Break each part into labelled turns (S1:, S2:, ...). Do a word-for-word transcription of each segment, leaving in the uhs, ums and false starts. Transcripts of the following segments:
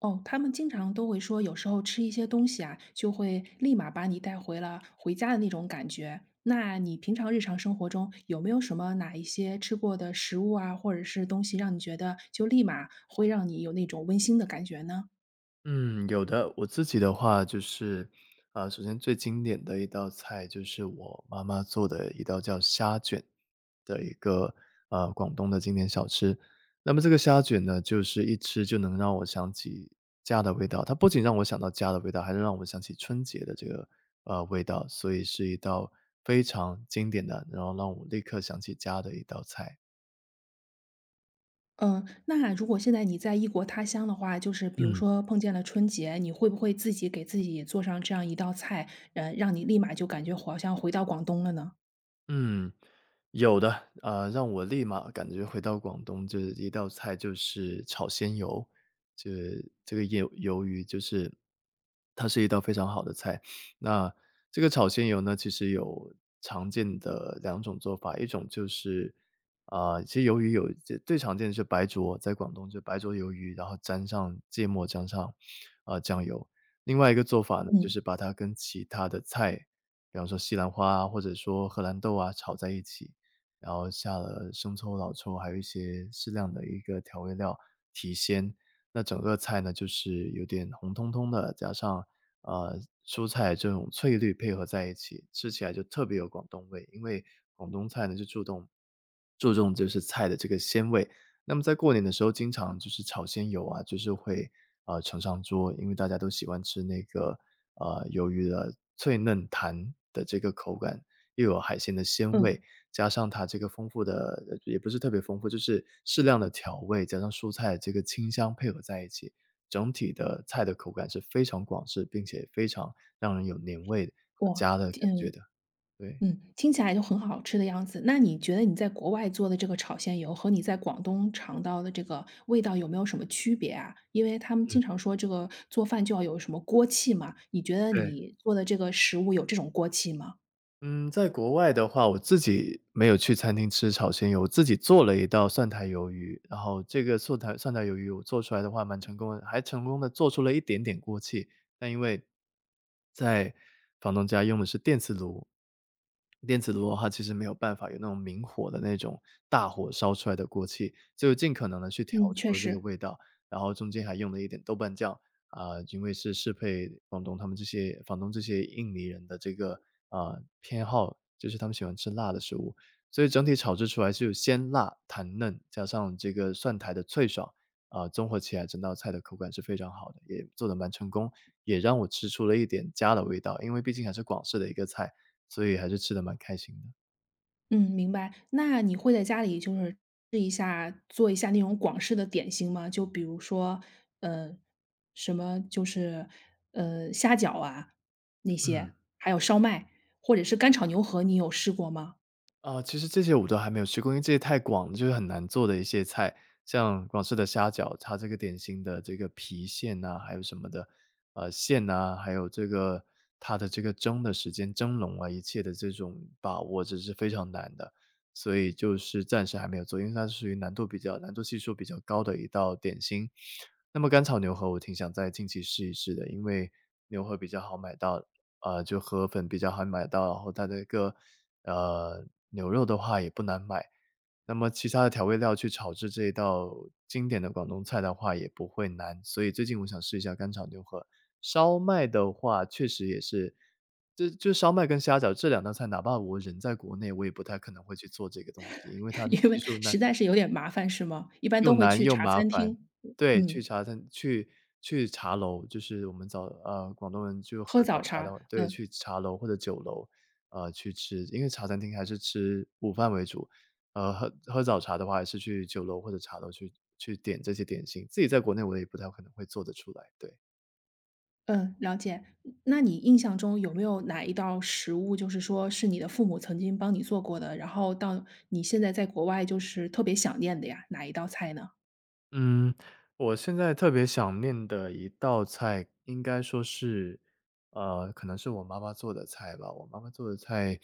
S1: 哦，他们经常都会说，有时候吃一些东西啊，就会立马把你带回了回家的那种感觉。那你平常日常生活中有没有什么哪一些吃过的食物啊，或者是东西，让你觉得就立马会让你有那种温馨的感觉呢？
S2: 嗯，有的。我自己的话就是，啊，首先最经典的一道菜就是我妈妈做的一道叫虾卷的一个，呃，广东的经典小吃。那么这个虾卷呢，就是一吃就能让我想起家的味道，它不仅让我想到家的味道，还能让我想起春节的这个，呃，味道，所以是一道非常经典的，然后让我立刻想起家的一道菜。
S1: 嗯，那如果现在你在异国他乡的话，就是比如
S2: 嗯。
S1: 说碰见了春节，你会不会自己给自己做上这样一道菜，呃，让你立马就感觉好像回到广东了呢？
S2: 嗯，有的，啊，让我立马感觉回到广东，就是一道菜就是炒鲜鱿，就是这个鱿鱿鱼，就是它是一道非常好的菜。那这个炒鲜鱿呢，其实有常见的两种做法，一种就是啊、其实鱿鱼有最最常见的是白灼，在广东就白灼鱿鱼，然后沾上芥末，沾上啊、呃酱油。另外一个做法呢，就
S1: 嗯
S2: 是把它跟其他的菜比方说西兰花啊，或者说荷兰豆啊，炒在一起，然后下了生抽、老抽，还有一些适量的一个调味料提鲜。那整个菜呢，就是有点红彤彤的，加上呃蔬菜这种翠绿配合在一起，吃起来就特别有广东味。因为广东菜呢，就注重注重就是菜的这个鲜味。那么在过年的时候，经常就是炒鲜鱿啊，就是会呃盛上桌，因为大家都喜欢吃那个呃，鱿鱼的脆嫩弹的这个口感，又有海鲜的鲜味，
S1: 嗯，
S2: 加上它这个丰富的呃也不是特别丰富，就是适量的调味，加上蔬菜这个清香配合在一起，整体的菜的口感是非常广式，并且非常让人有年味和
S1: 我
S2: 家的感觉
S1: 嗯。
S2: 的，对。
S1: 嗯，听起来就很好吃的样子。那你觉得你在国外做的这个炒鲜鱿和你在广东尝到的这个味道有没有什么区别啊？因为他们
S2: 嗯，
S1: 经常说这个做饭就要有什么锅气嘛，你觉得
S2: 对。
S1: 你做的这个食物有这种锅气吗？
S2: 嗯，在国外的话，我自己没有去餐厅吃炒鲜鱿，我自己做了一道蒜苔鱿鱼，然后这个蒜苔蒜苔鱿鱼我做出来的话蛮成功的，还成功的做出了一点点锅气。但因为在房东家用的是电磁炉，电磁炉的话其实没有办法有那种明火的那种大火烧出来的锅气，就尽可能的去调
S1: 嗯，确
S2: 出了这个
S1: 实，
S2: 味道，然后中间还用了一点豆瓣酱，啊，因为是适配广东他们这些房东这些印尼人的这个，啊偏好，就是他们喜欢吃辣的食物。所以整体炒制出来是有鲜辣、弹嫩，加上这个蒜苔的脆爽，啊，综合起来整道菜的口感是非常好的，也做得蛮成功，也让我吃出了一点家的味道。因为毕竟还是广式的一个菜，所以还是吃的蛮开心的。
S1: 嗯，明白。那你会在家里就是试一下做一下那种广式的点心吗？就比如说，呃，什么就是呃虾饺啊那
S2: 嗯。
S1: 些，还有烧麦，或者是干炒牛河，你有试过吗？
S2: 啊，其实这些我都还没有吃过，因为这些太广了，就是很难做的一些菜，像广式的虾饺，它这个点心的这个皮馅呐、还有什么的，呃，馅呐、还有这个它的这个蒸的时间、蒸笼啊，一切的这种把握，这是非常难的，所以就是暂时还没有做，因为它是属于难度比较、难度系数比较高的一道点心。那么甘草牛河，我挺想在近期试一试的，因为牛河比较好买到，呃，就河粉比较好买到，然后它的一个呃牛肉的话也不难买。那么其他的调味料去炒制这一道经典的广东菜的话也不会难，所以最近我想试一下干炒牛河。烧麦的话确实也是，这就烧麦跟虾饺这两道菜，哪怕我人在国内，我也不太可能会去做这个东西，因为它
S1: 因
S2: 技
S1: 为
S2: 术难
S1: 实在是有点麻烦是吗？一般
S2: 又
S1: 都会
S2: 难
S1: 去
S2: 又
S1: 茶
S2: 麻
S1: 餐
S2: 烦。
S1: 厅，
S2: 对，去
S1: 嗯，
S2: 茶餐去去茶楼，就是我们早呃，广东人就喝
S1: 喝早
S2: 早茶的
S1: 茶，
S2: 话对，
S1: 嗯
S2: 去茶楼或者酒楼，呃，去吃。因为茶餐厅还是吃午饭为主，呃，喝喝早茶的话还是去酒楼或者茶楼去去点这些点心，自己在国内我也不太可能会做得出来，对。
S1: 嗯，了解。那你印象中有没有哪一道食物，就是说是你的父母曾经帮你做过的，然后到你现在在国外就是特别想念的呀？哪一道菜呢？
S2: 嗯，我现在特别想念的一道菜，应该说是，呃，可能是我妈妈做的菜吧。我妈妈做的菜，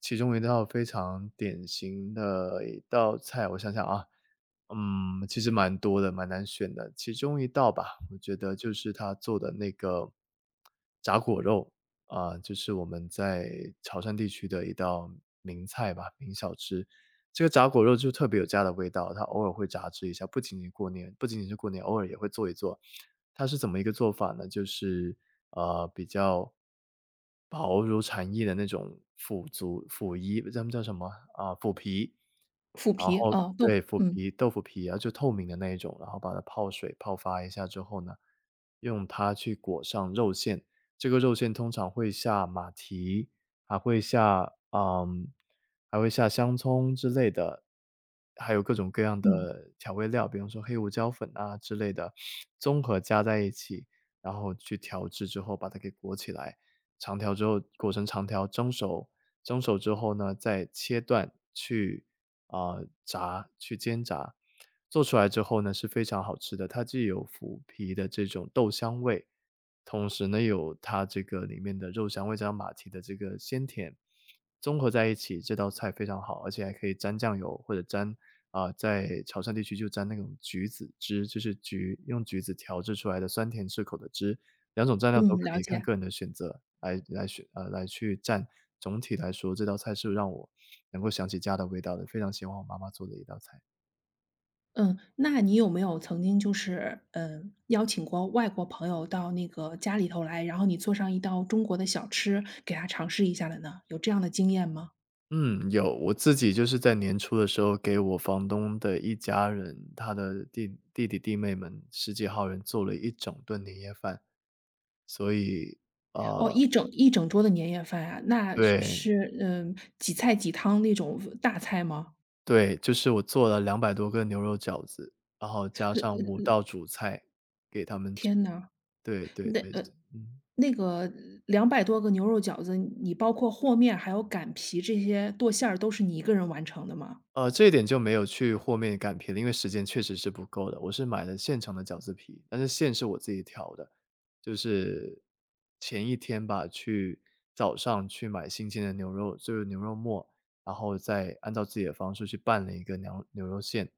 S2: 其中一道非常典型的一道菜，我想想啊，嗯，其实蛮多的，蛮难选的。其中一道吧，我觉得就是她做的那个炸果肉啊，就是我们在潮汕地区的一道名菜吧，名小吃。这个炸果肉就特别有家的味道，它偶尔会炸制一下，不仅仅过年不仅仅是过年，偶尔也会做一做。它是怎么一个做法呢？就是，呃，比较薄如蝉翼的那种腐竹腐衣，咱们叫什么？啊，腐皮。
S1: 腐
S2: 然
S1: 皮，
S2: 后
S1: 哦，豆腐，
S2: 对，腐
S1: 嗯
S2: 皮豆腐皮，然后就透明的那一种，然后把它泡水泡发一下之后呢，用它去裹上肉馅。这个肉馅通常会下马蹄，还会下嗯，还会下香葱之类的，还有各种各样
S1: 嗯
S2: 的调味料，比方说黑胡椒粉啊之类的，综合加在一起，然后去调制之后把它给裹起来，长条之后裹成长条蒸熟。蒸熟之后呢，再切断去啊、呃炸，去煎炸，做出来之后呢是非常好吃的。它既有腐皮的这种豆香味，同时呢有它这个里面的肉香味加上马蹄的这个鲜甜，综合在一起，这道菜非常好，而且还可以沾酱油或者沾啊、在潮汕地区就沾那种橘子汁，就是橘用橘子调制出来的酸甜适口的汁，两种蘸料都
S1: 嗯，
S2: 可
S1: 了
S2: 以，看
S1: 解。
S2: 个人的选择来来选呃，来去蘸。总体来说，这道菜是让我能够想起家的味道的，非常喜欢我妈妈做的一道菜。
S1: 嗯，那你有没有曾经就是，嗯，邀请过外国朋友到那个家里头来，然后你做上一道中国的小吃给他尝试一下的呢？有这样的经验吗？
S2: 嗯，有，我自己就是在年初的时候给我房东的一家人，他的弟弟弟弟妹们十几号人做了一整顿年夜饭。所以，
S1: 哦，
S2: 呃，
S1: 一整一整桌的年夜饭啊，那
S2: 对，
S1: 是嗯，几菜几汤那种大菜吗？
S2: 对，就是我做了两百多个牛肉饺子，然后加上五道主菜给他们吃。
S1: 天呐，
S2: 对对
S1: 那
S2: 对，
S1: 呃，
S2: 嗯。
S1: 那个两百多个牛肉饺子，你包括和面还有擀皮这些剁馅儿都是你一个人完成的吗？
S2: 呃，这一点就没有去和面擀皮了，因为时间确实是不够的。我是买了现成的饺子皮，但是馅是我自己调的。就是前一天吧，去早上去买新鲜的牛肉，就是牛肉末，然后再按照自己的方式去拌了一个牛牛肉馅，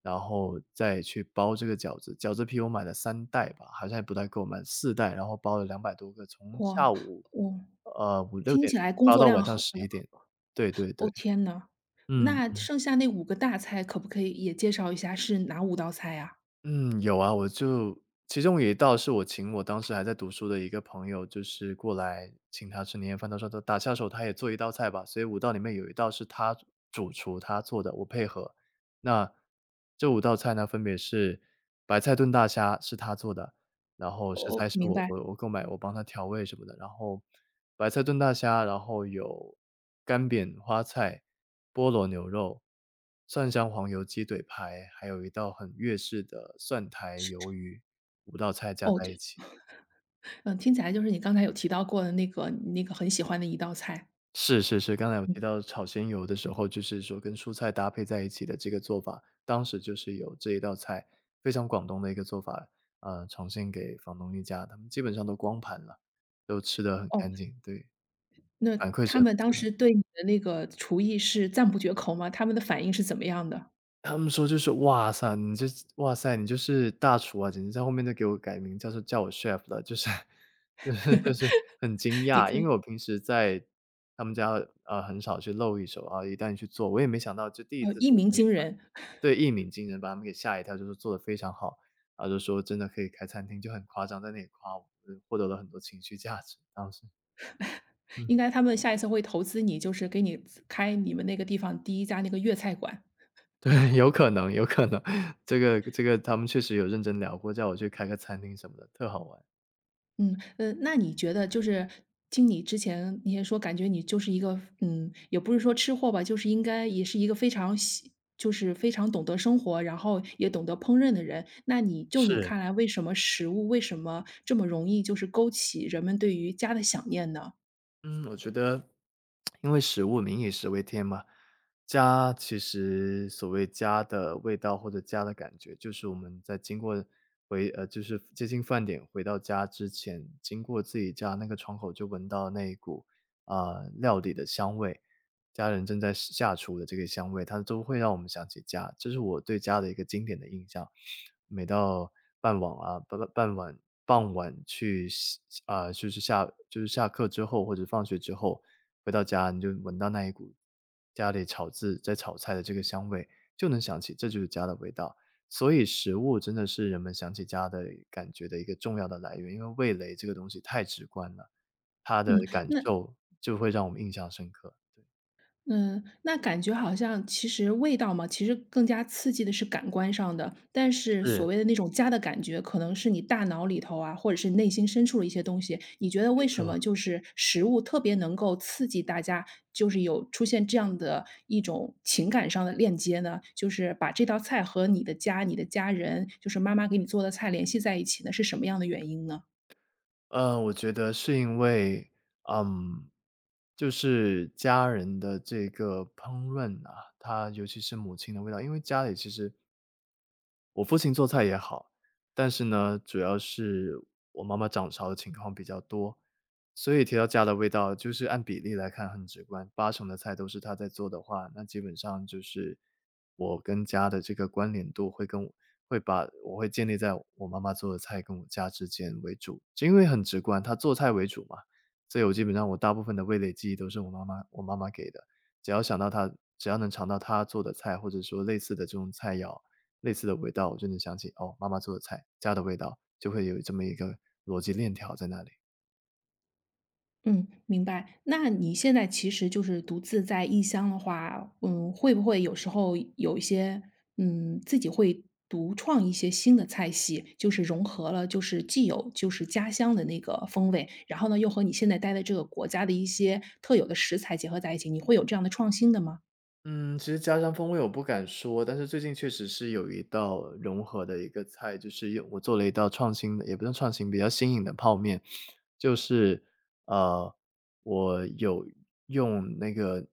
S2: 然后再去包这个饺子。饺子皮我买了三袋吧，好像也不太够，买了四袋，然后包了两百多个，从下
S1: 哇，
S2: 午，
S1: 我
S2: 呃五六
S1: 听
S2: 点
S1: 起来工
S2: 包
S1: 作
S2: 到晚
S1: 量
S2: 上
S1: 很
S2: 十
S1: 很
S2: 一点。对对对，
S1: 哦，天呐，
S2: 嗯。
S1: 那剩下那五个大菜可不可以也介绍一下是哪五道菜呀？
S2: 嗯，有啊，我就其中有一道是我请我当时还在读书的一个朋友，就是过来请他吃年夜饭。他说他打下手，他也做一道菜吧，所以五道里面有一道是他主厨他做的，我配合。那这五道菜呢，分别是白菜炖大虾是他做的，然后食材
S1: 哦，
S2: 是
S1: 明
S2: 我
S1: 白，
S2: 我我购买，我帮他调味什么的。然后白菜炖大虾，然后有干煸花菜、菠萝牛肉、蒜香黄油鸡腿排，还有一道很粤式的蒜苔鱿鱼，五道菜加
S1: 哦，
S2: 在
S1: 就
S2: 一起。
S1: 嗯，听起来就是你刚才有提到过的那个你那个很喜欢的一道菜，
S2: 是是是，刚才我提
S1: 嗯，
S2: 到炒鲜鱿的时候，就是说跟蔬菜搭配在一起的这个做法，当时就是有这一道菜，非常广东的一个做法，呃，呈现给房东一家，他们基本上都光盘了，都吃的很
S1: 哦。
S2: 干净，对。
S1: 那
S2: 反馈是
S1: 他
S2: 很不
S1: 们当
S2: 错
S1: 时
S2: 的。
S1: 对你的那个厨艺是赞不绝口吗？他们的反应是怎么样的？
S2: 他们说就是：“哇塞，你这哇塞，你就是大厨啊！”简直在后面都给我改名叫做叫我 chef 了，就是 就是就是很惊
S1: 你
S2: 讶。
S1: 可
S2: 因
S1: 以
S2: 为我平时在他们家，呃，很少去露一手啊，一旦去做，我也没想到就第一
S1: 呃，
S2: 次
S1: 一
S2: 做
S1: 鸣
S2: 面
S1: 惊人，
S2: 对，一鸣惊人，把他们给吓一跳，就是做的非常好，然后就说真的可以开餐厅，就很夸张，在那里夸我，嗯获得了很多情绪价值，当时，嗯。
S1: 应该他们下一次会投资你，就是给你开你们那个地方第一家那个粤菜馆。
S2: 对，有可能，有可能，这个这个他们确实有认真聊过，叫我去开个餐厅什么的，特好玩。
S1: 嗯，呃，那你觉得就是听你之前你也说，感觉你就是一个，嗯，也不是说吃货吧，就是应该也是一个非常喜就是非常懂得生活，然后也懂得烹饪的人。那你就你
S2: 是。
S1: 看来，为什么食物为什么这么容易就是勾起人们对于家的想念呢？
S2: 嗯，我觉得因为食物"民以食为天"嘛，家其实所谓家的味道或者家的感觉，就是我们在经过回呃，就是接近饭点回到家之前，经过自己家那个窗口就闻到那一股，啊，料理的香味。家人正在下厨的这个香味，它都会让我们想起家，这是我对家的一个经典的印象。每到傍晚啊，傍傍晚傍晚去洗啊，就是下就是下课之后或者放学之后，回到家你就闻到那一股家里炒制在炒菜的这个香味，就能想起这就是家的味道。所以食物真的是人们想起家的感觉的一个重要的来源，因为味蕾这个东西太直观了，它的
S1: 嗯，
S2: 感
S1: 那
S2: 受就会让我们印象深刻，对。
S1: 嗯，那感觉好像其实味道嘛，其实更加刺激的是感官上的，但是
S2: 是。
S1: 所谓的那种家的感觉，可能是你大脑里头啊，或者是内心深处的一些东西。你觉得
S2: 对
S1: 为什
S2: 吧？
S1: 么就是食物特别能够刺激大家，就是有出现这样的一种情感上的链接呢？就是把这道菜和你的家、你的家人，就是妈妈给你做的菜联系在一起呢，是什么样的原因呢？
S2: 呃，我觉得是因为，嗯，就是家人的这个烹饪啊，它尤其是母亲的味道，因为家里其实我父亲做菜也好，但是呢，主要是我妈妈掌勺的情况比较多，所以提到家的味道，就是按比例来看很直观，八成的菜都是她在做的话，那基本上就是我跟家的这个关联度会跟我会把我会建立在我妈妈做的菜跟我家之间为主，就因为很直观，她做菜为主嘛，所以我基本上我大部分的味蕾记忆都是我妈妈我妈妈给的，只要想到她只要能尝到她做的菜，或者说类似的这种菜肴。类似的味道，我就能想起哦，妈妈做的菜，家的味道，就会有这么一个逻辑链条在那里。
S1: 嗯，明白。那你现在其实就是独自在异乡的话，嗯，会不会有时候有一些，嗯，自己会独创一些新的菜系，就是融合了就是既有就是家乡的那个风味，然后呢，又和你现在待的这个国家的一些特有的食材结合在一起，你会有这样的创新的吗？
S2: 嗯，其实家乡风味我不敢说，但是最近确实是有一道融合的一个菜，就是用我做了一道创新的，也不算创新，比较新颖的泡面。就是，呃，我有用那个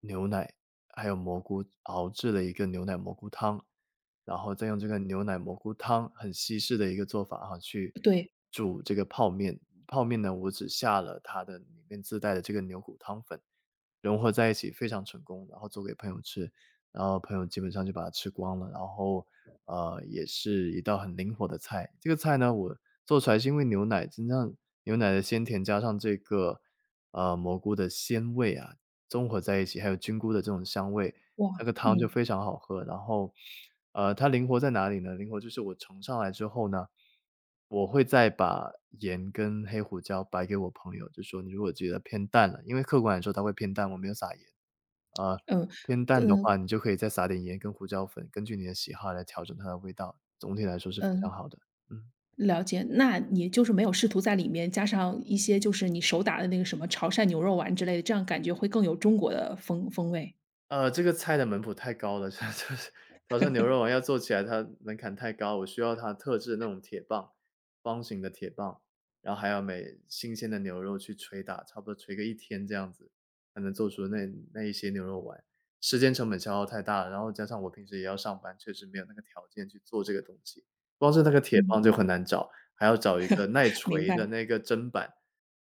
S2: 牛奶还有蘑菇熬制了一个牛奶蘑菇汤，然后再用这个牛奶蘑菇汤很西式的一个做法哈，去
S1: 对，
S2: 煮这个泡面。泡面呢，我只下了它的里面自带的这个牛骨汤粉。融合在一起非常成功，然后做给朋友吃，然后朋友基本上就把它吃光了。然后，呃，也是一道很灵活的菜。这个菜呢，我做出来是因为牛奶，真正牛奶的鲜甜加上这个，呃，蘑菇的鲜味啊，综合在一起，还有菌菇的这种香味，
S1: 哇，
S2: 那个汤就
S1: 嗯，
S2: 非常好喝。然后，呃，它灵活在哪里呢？灵活就是我盛上来之后呢，我会再把盐跟黑胡椒摆给我朋友，就说你如果觉得偏淡了，因为客观来说它会偏淡，我没有撒盐。呃，
S1: 嗯，
S2: 偏淡的话，
S1: 嗯，
S2: 你就可以再撒点盐跟胡椒粉，根据你的喜好来调整它的味道。总体来说是非常
S1: 嗯。
S2: 好的，嗯。
S1: 了解，那你就是没有试图在里面加上一些就是你手打的那个什么潮汕牛肉丸之类的，这样感觉会更有中国的风风味。
S2: 呃，这个菜的门谱太高了，就是潮汕牛肉丸要做起来，它门槛太高，我需要它特制的那种铁棒，方形的铁棒，然后还要每新鲜的牛肉去捶打，差不多捶个一天这样子，才能做出那那一些牛肉丸，时间成本消耗太大了，然后加上我平时也要上班，确实没有那个条件去做这个东西，光是那个铁
S1: 嗯，
S2: 棒就很难找，还要找一个耐
S1: 明
S2: 捶
S1: 白。
S2: 的那个砧板，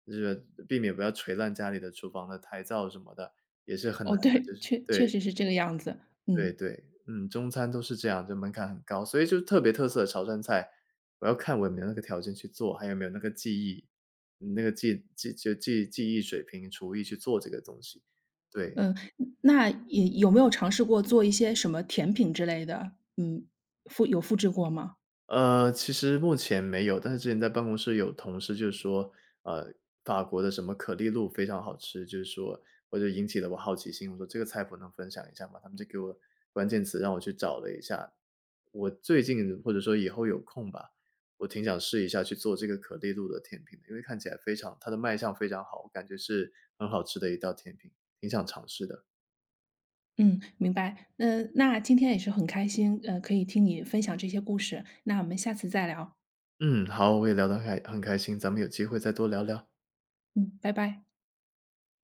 S2: 就是避免不要捶烂家里的厨房的台灶什么的。也是很难
S1: 哦，
S2: 的，就
S1: 对，
S2: 是
S1: 确确
S2: 对，
S1: 实是这个样子。
S2: 对
S1: 嗯
S2: 对，嗯，中餐都是这样，就门槛很高，所以就特别特色的潮汕菜，我要看我有没有那个条件去做，还有没有那个技艺，嗯那个技技就技技艺水平、厨艺去做这个东西，对。
S1: 嗯，那也有没有尝试过做一些什么甜品之类的？嗯，复有复制过吗？
S2: 呃，其实目前没有，但是之前在办公室有同事就说，呃，法国的什么可丽露非常好吃，就是说我就引起了我好奇心，我说这个菜谱能分享一下吗？他们就给我关键词让我去找了一下，我最近或者说以后有空吧，我挺想试一下去做这个可丽露的甜品的，因为看起来非常，它的卖相非常好，我感觉是很好吃的一道甜品，挺想尝试的。
S1: 嗯，明白。嗯，那今天也是很开心，呃，可以听你分享这些故事。那我们下次再聊。
S2: 嗯，好，我也聊得很开很开心，咱们有机会再多聊聊。
S1: 嗯，拜拜。